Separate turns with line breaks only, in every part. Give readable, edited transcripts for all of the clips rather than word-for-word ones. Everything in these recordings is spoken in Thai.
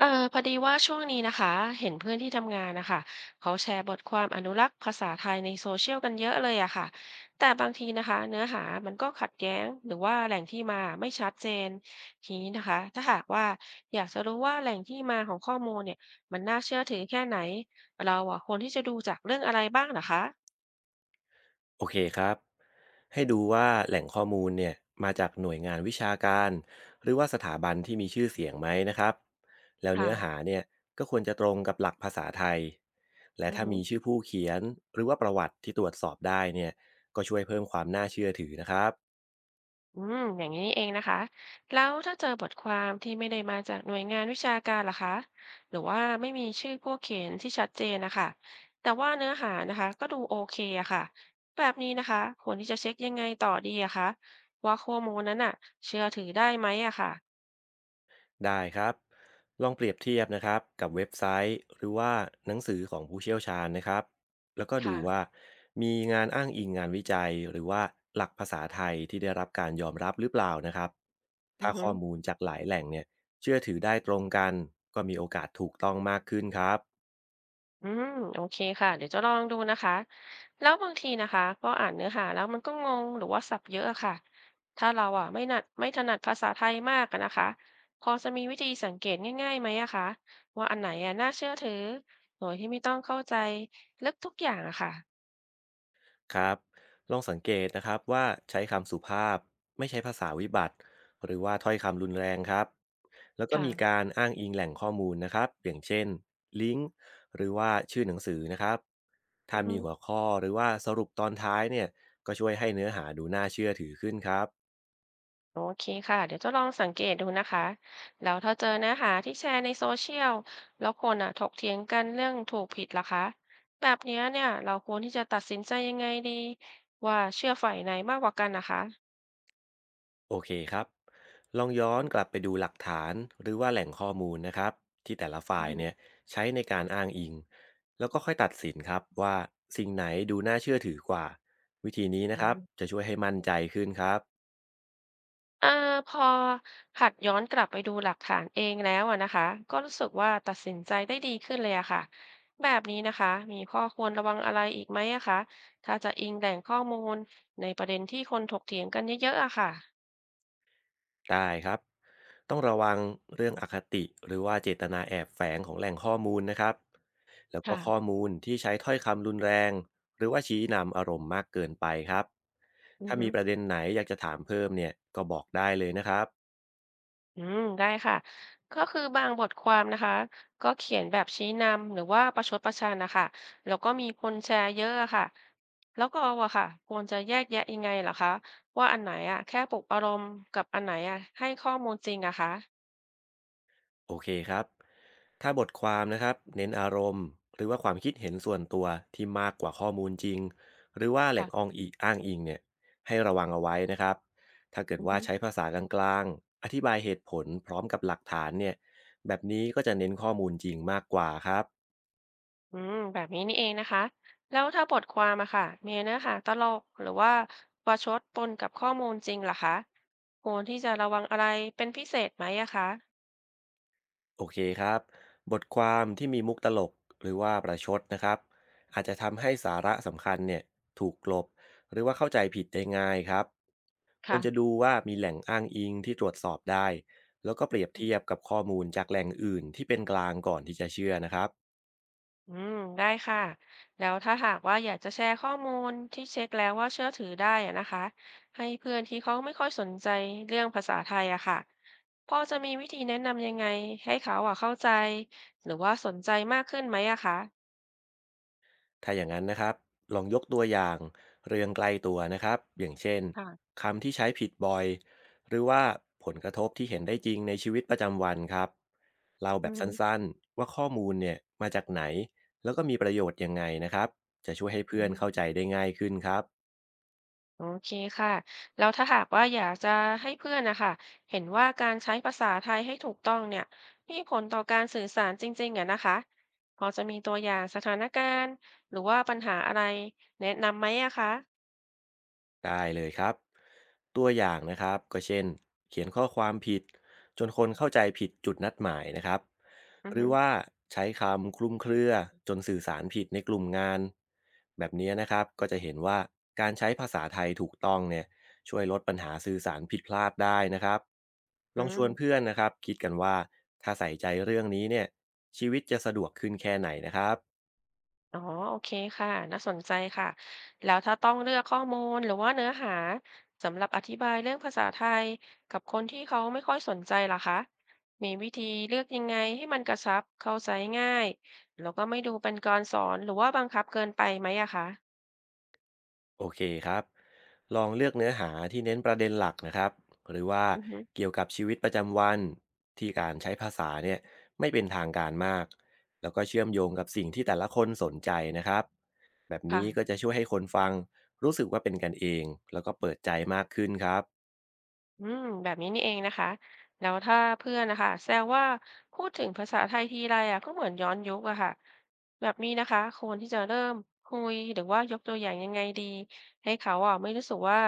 เออพอดีว่าช่วงนี้นะคะเห็นเพื่อนที่ทำงานนะคะเขาแชร์บทความอนุรักษ์ภาษาไทยในโซเชียลกันเยอะเลยอะค่ะแต่บางทีนะคะเนื้อหามันก็ขัดแย้งหรือว่าแหล่งที่มาไม่ชัดเจนทีนี้นะคะถ้าหากว่าอยากจะรู้ว่าแหล่งที่มาของข้อมูลเนี่ยมันน่าเชื่อถือแค่ไหนเราอะควรที่จะดูจากเรื่องอะไรบ้างนะคะ
โอเคครับ ให้ดูว่าแหล่งข้อมูลเนี่ยมาจากหน่วยงานวิชาการหรือว่าสถาบันที่มีชื่อเสียงไหมนะครับ แล้ว
ค่ะ
เนื้อหาเนี่ยก็ควรจะตรงกับหลักภาษาไทย และ
อือ
ถ้า
ฮึ
มีชื่อผู้เขียนหรือว่าประวัติที่ตรวจสอบได้เนี่ยก็ช่วยเพิ่มความน่าเชื่อถือนะครับ
อืมอย่างนี้นี่เองนะคะ แล้วถ้าเจอบทความที่ไม่ได้มาจากหน่วยงานวิชาการล่ะคะหรือว่าไม่มีชื่อผู้เขียนที่ชัดเจนนะคะแต่ว่าเนื้อหานะคะก็ดูโอเคอะค่ะแบบนี้นะคะควรที่จะเช็คยังไงต่อดีอะคะว่าข้อมูลนั้นอะเชื่อถือได้ไหมอะค่ะ
ได้ครับลองเปรียบเทียบนะครับกับเว็บไซต์หรือว่าหนังสือของผู้เชี่ยวชาญนะครับแล้วก็ดูว่า
ค่ะ
มีงานอ้างอิงงานวิจัยหรือว่าหลักภาษาไทยที่ได้รับการยอมรับหรือเปล่านะครับ
อื
ถ้า
อฮึ
ข้อมูลจากหลายแหล่งเนี่ยเชื่อถือได้ตรงกันก็มีโอกาสถูกต้องมากขึ้นครับ
อืมโอเคค่ะเดี๋ยวจะลองดูนะคะแล้วบางทีนะคะพออ่านเนื้อหาแล้วมันก็งงหรือว่าศัพท์เยอะอะค่ะถ้าเราอ่ะไม่ถนัดภาษาไทยมากอะนะคะพอจะมีวิธีสังเกตง่ายๆไหมอะคะว่าอันไหนอะน่าเชื่อถือโดยที่ไม่ต้องเข้าใจลึกทุกอย่างอะค่ะ
ครับลองสังเกตนะครับว่าใช้คำสุภาพไม่ใช้ภาษาวิบัติหรือว่าถ้อยคำรุนแรงครับแล้วก็มี
ค่ะ
การอ้างอิงแหล่งข้อมูลนะครับอย่างเช่นลิงก์หรือว่าชื่อหนังสือนะครับถ้า
อือฮึ
มีหัวข้อหรือว่าสรุปตอนท้ายเนี่ยก็ช่วยให้เนื้อหาดูน่าเชื่อถือขึ้นครับ
โอเคค่ะเดี๋ยวจะลองสังเกตดูนะคะแล้วถ้าเจอเนื้อหาที่แชร์ในโซเชียลแล้วคนอ่ะถกเถียงกันเรื่องถูกผิดล่ะคะแบบเนี่ยเราควรที่จะตัดสินใจยังไงดีว่าเชื่อฝ่ายไหนมากกว่ากันนะคะ
โอเคครับ ลองย้อนกลับไปดูหลักฐานหรือว่าแหล่งข้อมูลนะครับที่แต่ละ
อื
ฝ่า
อ
ย
ฮึ
เนี่ยใช้ในการอ้างอิงแล้วก็ค่อยตัดสินครับว่าสิ่งไหนดูน่าเชื่อถือกว่าวิธีนี้นะ
อื
ครับ
ม
จะช่วยให้มั่นใจขึ้นครับ
เอ่อพอหัดย้อนกลับไปดูหลักฐานเองแล้วอะนะคะก็รู้สึกว่าตัดสินใจได้ดีขึ้นเลยอะค่ะแบบนี้นะคะมีข้อควรระวังอะไรอีกไหมอะคะถ้าจะอิงแหล่งข้อมูลในประเด็นที่คนถกเถียงกันเยอะๆอะค่ะ
ได้ครับต้องระวังเรื่องอคติหรือว่าเจตนาแอบแฝงของแหล่งข้อมูลนะครับแล้วก็ข้อ
ค่ะ
มูลที่ใช้ถ้อยคำรุนแรงหรือว่าชี้นำอารมณ์มากเกินไปครับ
อือ
ถ้า
ฮึ
มีประเด็นไหนอยากจะถามเพิ่มเนี่ยก็บอกได้เลยนะครับ
อืมได้ค่ะก็คือบางบทความนะคะก็เขียนแบบชี้นำหรือว่าประชดประชันนะคะแล้วก็มีคนแชร์เยอะอะค่ะแล้วเอาอะค่ะควรจะแยกแยะยังไงเหรอคะว่าอันไหนอะแค่ปลุกอารมณ์กับอันไหนอะให้ข้อมูลจริงอะคะ
โอเคครับ ถ้าบทความนะครับเน้นอารมณ์หรือว่าความคิดเห็นส่วนตัวที่มากกว่าข้อมูลจริงหรือว่าแหล่งอ้า
ค่ะ
งอิงอ้างอิงเนี่ยให้ระวังเอาไว้นะครับถ้าเกิด
อือ
ว่า
ฮึ
ใช้ภาษากลางๆอธิบายเหตุผลพร้อมกับหลักฐานเนี่ยแบบนี้ก็จะเน้นข้อมูลจริงมากกว่าครับ
อืมแบบนี้นี่เองนะคะแล้วถ้าบทความอะค่ะมีเนื้อหาตลกหรือว่าประชดปนกับข้อมูลจริงล่ะคะควรที่จะระวังอะไรเป็นพิเศษไหมอะคะ
โอเคครับ บทความที่มีมุกตลกหรือว่าประชดนะครับ อาจจะทำให้สาระสำคัญเนี่ยถูกกลบหรือว่าเข้าใจผิดได้ง่ายครับคว
ค่ะ
รจะดูว่ามีแหล่งอ้างอิงที่ตรวจสอบได้ แล้วก็เปรียบเทียบกับข้อมูลจากแหล่งอื่นที่เป็นกลางก่อนที่จะเชื่อนะครับ
อืมได้ค่ะแล้วถ้าหากว่าอยากจะแชร์ข้อมูลที่เช็คแล้วว่าเชื่อถือได้อะนะคะให้เพื่อนที่เขาไม่ค่อยสนใจเรื่องภาษาไทยอะค่ะพอจะมีวิธีแนะนำยังไงให้เขาอะเข้าใจหรือว่าสนใจมากขึ้นไหมอะคะ
ถ้าอย่างนั้นนะครับลองยกตัวอย่างเรื่องใกล้ตัวนะครับอย่างเช่น
ค่ะ
คำที่ใช้ผิดบ่อยหรือว่าผลกระทบที่เห็นได้จริงในชีวิตประจำวันครับเล่าแบบสั
อื
้นๆว่าข้อมูลเนี่ยมาจากไหนแล้วก็มีประโยชน์ยังไงนะครับจะช่วยให้เพื่อนเข้าใจ
ม
ได้ง่ายขึ้นครับ
โอเคค่ะแล้วถ้าหากว่าอยากจะให้เพื่อนนะคะเห็นว่าการใช้ภาษาไทยให้ถูกต้องเนี่ยมีผลต่อการสื่อสารจริงๆอะนะคะพอจะมีตัวอย่างสถานการณ์หรือว่าปัญหาอะไรแนะนำไหมอะคะ
ได้เลยครับตัวอย่างนะครับก็เช่นเขียนข้อความผิดจนคนเข้าใจผิดจุดนัดหมายนะครับ
อือ
หรื
ฮึ
อว่าใช้คำคลุมเครือจนสื่อสารผิดในกลุ่มงานแบบนี้นะครับก็จะเห็นว่าการใช้ภาษาไทยถูกต้องเนี่ยช่วยลดปัญหาสื่อสารผิดพลาดได้นะครับล
อื
องชวนเพื่อ
ม
นนะครับคิดกันว่าถ้าใส่ใจเรื่องนี้เนี่ยชีวิตจะสะดวกขึ้นแค่ไหนนะครับ
อ๋อโอเคค่ะน่าสนใจค่ะ แล้วถ้าต้องเลือกข้อมูลหรือว่าเนื้อหาสำหรับอธิบายเรื่องภาษาไทยกับคนที่เขาไม่ค่อยสนใจล่ะคะ มีวิธีเลือกยังไงให้มันกระชับเข้าใจง่ายแล้วก็ไม่ดูเป็นการสอนหรือว่าบังคับเกินไปไหมอะคะ
โอเคครับ ลองเลือกเนื้อหาที่เน้นประเด็นหลักนะครับ หรือว่า
อือฮึ
เกี่ยวกับชีวิตประจำวันที่การใช้ภาษาเนี่ยไม่เป็นทางการมาก แล้วก็เชื่อมโยงกับสิ่งที่แต่ละคนสนใจนะครับ แบบ
ค่ะ
นี้ก็จะช่วยให้คนฟังรู้สึกว่าเป็นกันเอง แล้วก็เปิดใจมากขึ้นครับ
อืมแบบนี้นี่เองนะคะแล้วถ้าเพื่อนนะคะแซวว่าพูดถึงภาษาไทยทีไรอ่ะก็เหมือนย้อนยุคอะค่ะแบบนี้นะคะควรที่จะเริ่มคุยหรือว่ายกตัวอย่างยังไงดีให้เขาอ่ะไม่รู้สึกว่า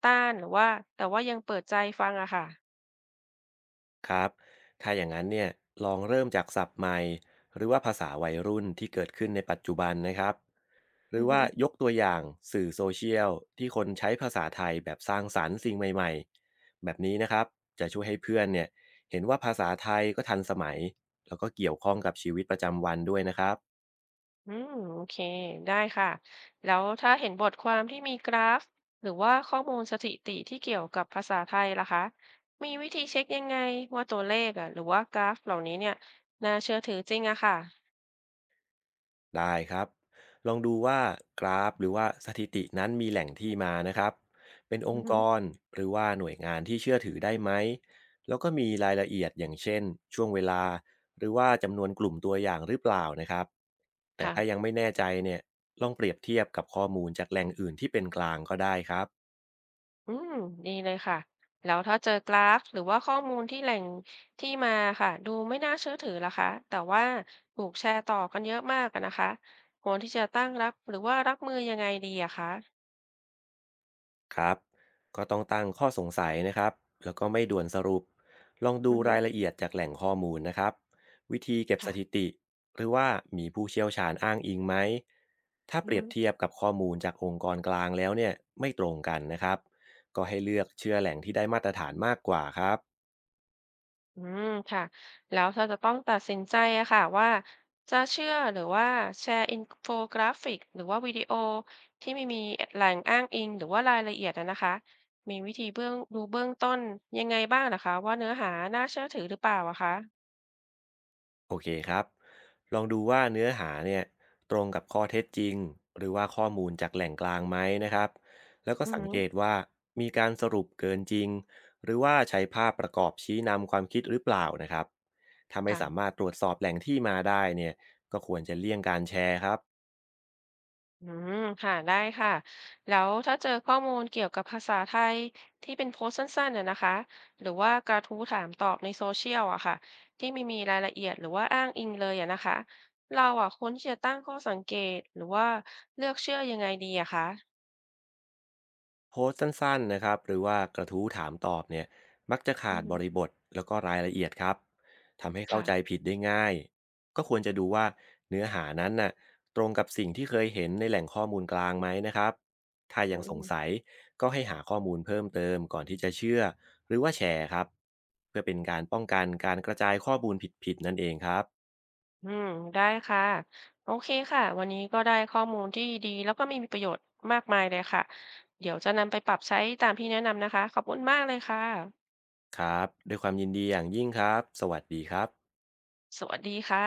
ต้านหรือว่าแต่ว่ายังเปิดใจฟังอะค่ะ
ครับถ้าอย่างนั้นเนี่ยลองเริ่มจากศัพท์ใหม่หรือว่าภาษาวัยรุ่นที่เกิดขึ้นในปัจจุบันนะครับ หรื
อื
อ
อฮึ
ว่ายกตัวอย่างสื่อโซเชียลที่คนใช้ภาษาไทยแบบสร้างสรรค์สิ่งใหม่ๆแบบนี้นะครับจะช่วยให้เพื่อนเนี่ยเห็นว่าภาษาไทยก็ทันสมัยแล้วก็เกี่ยวข้องกับชีวิตประจำวันด้วยนะครับ
อืมโอเคได้ค่ะแล้วถ้าเห็นบทความที่มีกราฟหรือว่าข้อมูลสถิติที่เกี่ยวกับภาษาไทยล่ะคะมีวิธีเช็คยังไงว่าตัวเลขอะหรือว่ากราฟเหล่านี้เนี่ยน่าเชื่อถือจริงอะค่ะ
ได้ครับ ลองดูว่ากราฟหรือว่าสถิตินั้นมีแหล่งที่มานะครับ เป็นอ
อื
ง
อ
ค์
ฮึ
กรหรือว่าหน่วยงานที่เชื่อถือได้ไหม แล้วก็มีรายละเอียดอย่างเช่นช่วงเวลาหรือว่าจำนวนกลุ่มตัวอย่างหรือเปล่านะครับ แต่
ค่ะ
ถ้ายังไม่แน่ใจเนี่ยลองเปรียบเทียบกับข้อมูลจากแหล่งอื่นที่เป็นกลางก็ได้ครับ
อืมดีเลยค่ะ แล้วถ้าเจอกราฟหรือว่าข้อมูลที่แหล่งที่มาค่ะ ดูไม่น่าเชื่อถือล่ะคะแต่ว่าถูกแชร์ต่อกันเยอะมากอะนะคะควรที่จะตั้งรับหรือว่ารับมือยังไงดีอะคะ
ครับก็ต้องตั้งข้อสงสัยนะครับแล้วก็ไม่ด่วนสรุปลองดู
อือฮึ
รายละเอียดจากแหล่งข้อมูลนะครับวิธีเก็บสถิ
ค่ะ
ติหรือว่ามีผู้เชี่ยวชาญอ้างอิงไหมถ้าเป
อือ
รีย
ฮึ
บเทียบกับข้อมูลจากองค์กรกลางแล้วเนี่ยไม่ตรงกันนะครับก็ให้เลือกเชื่อแหล่งที่ได้มาตรฐานมากกว่าครับ
อืมค่ะแล้วถ้าจะต้องตัดสินใจอะค่ะว่าจะเชื่อหรือว่าแชร์อินโฟกราฟิกหรือว่าวิดีโอที่ไม่มีแหล่งอ้างอิงหรือว่ารายละเอียดอะนะคะมีวิธีเบื้องดูเบื้องต้นยังไงบ้างนะคะว่าเนื้อหาน่าเชื่อถือหรือเปล่าอะคะ
โอเคครับ ลองดูว่าเนื้อหาเนี่ยตรงกับข้อเท็จจริงหรือว่าข้อมูลจากแหล่งกลางไหมนะครับแล้วก็
อือ
สัง
ฮึ
เกตว่ามีการสรุปเกินจริงหรือว่าใช้ภาพประกอบชี้นำความคิดหรือเปล่านะครับถ้าไม่
ค่ะ
สามารถตรวจสอบแหล่งที่มาได้เนี่ยก็ควรจะเลี่ยงการแชร์ครับ
อืมค่ะได้ค่ะแล้วถ้าเจอข้อมูลเกี่ยวกับภาษาไทยที่เป็นโพสต์สั้นๆน่ะนะคะหรือว่ากระทู้ถามตอบในโซเชียลอะค่ะที่ไม่มีรายละเอียดหรือว่าอ้างอิงเลยอะนะคะเราอะควรที่จะตั้งข้อสังเกตหรือว่าเลือกเชื่อยังไงดีอะคะ
โพสต์สั้นๆนะครับหรือว่ากระทู้ถามตอบเนี่ยมักจะ
อื
ขาดบ
ม
ริบทแล้วก็รายละเอียดครับทำให้เข้า
ค่ะ
ใจผิดได้ง่ายก็ควรจะดูว่าเนื้อหานั้นน่ะตรงกับสิ่งที่เคยเห็นในแหล่งข้อมูลกลางไหมนะครับถ้า
อื
ยังสง
ม
สัยก็ให้หาข้อมูลเพิ่มเติมก่อนที่จะเชื่อหรือว่าแชร์ครับเพื่อเป็นการป้องกันการกระจายข้อมูลผิดๆนั่นเองครับ
อืมได้ค่ะโอเคค่ะวันนี้ก็ได้ข้อมูลที่ดีแล้วก็มีประโยชน์มากมายเลยค่ะเดี๋ยวจะนำไปปรับใช้ตามที่แนะนำนะคะขอบคุณมากเลยค่ะ
ครับด้วยความยินดีอย่างยิ่งครับสวัสดีครับ
สวัสดีค่ะ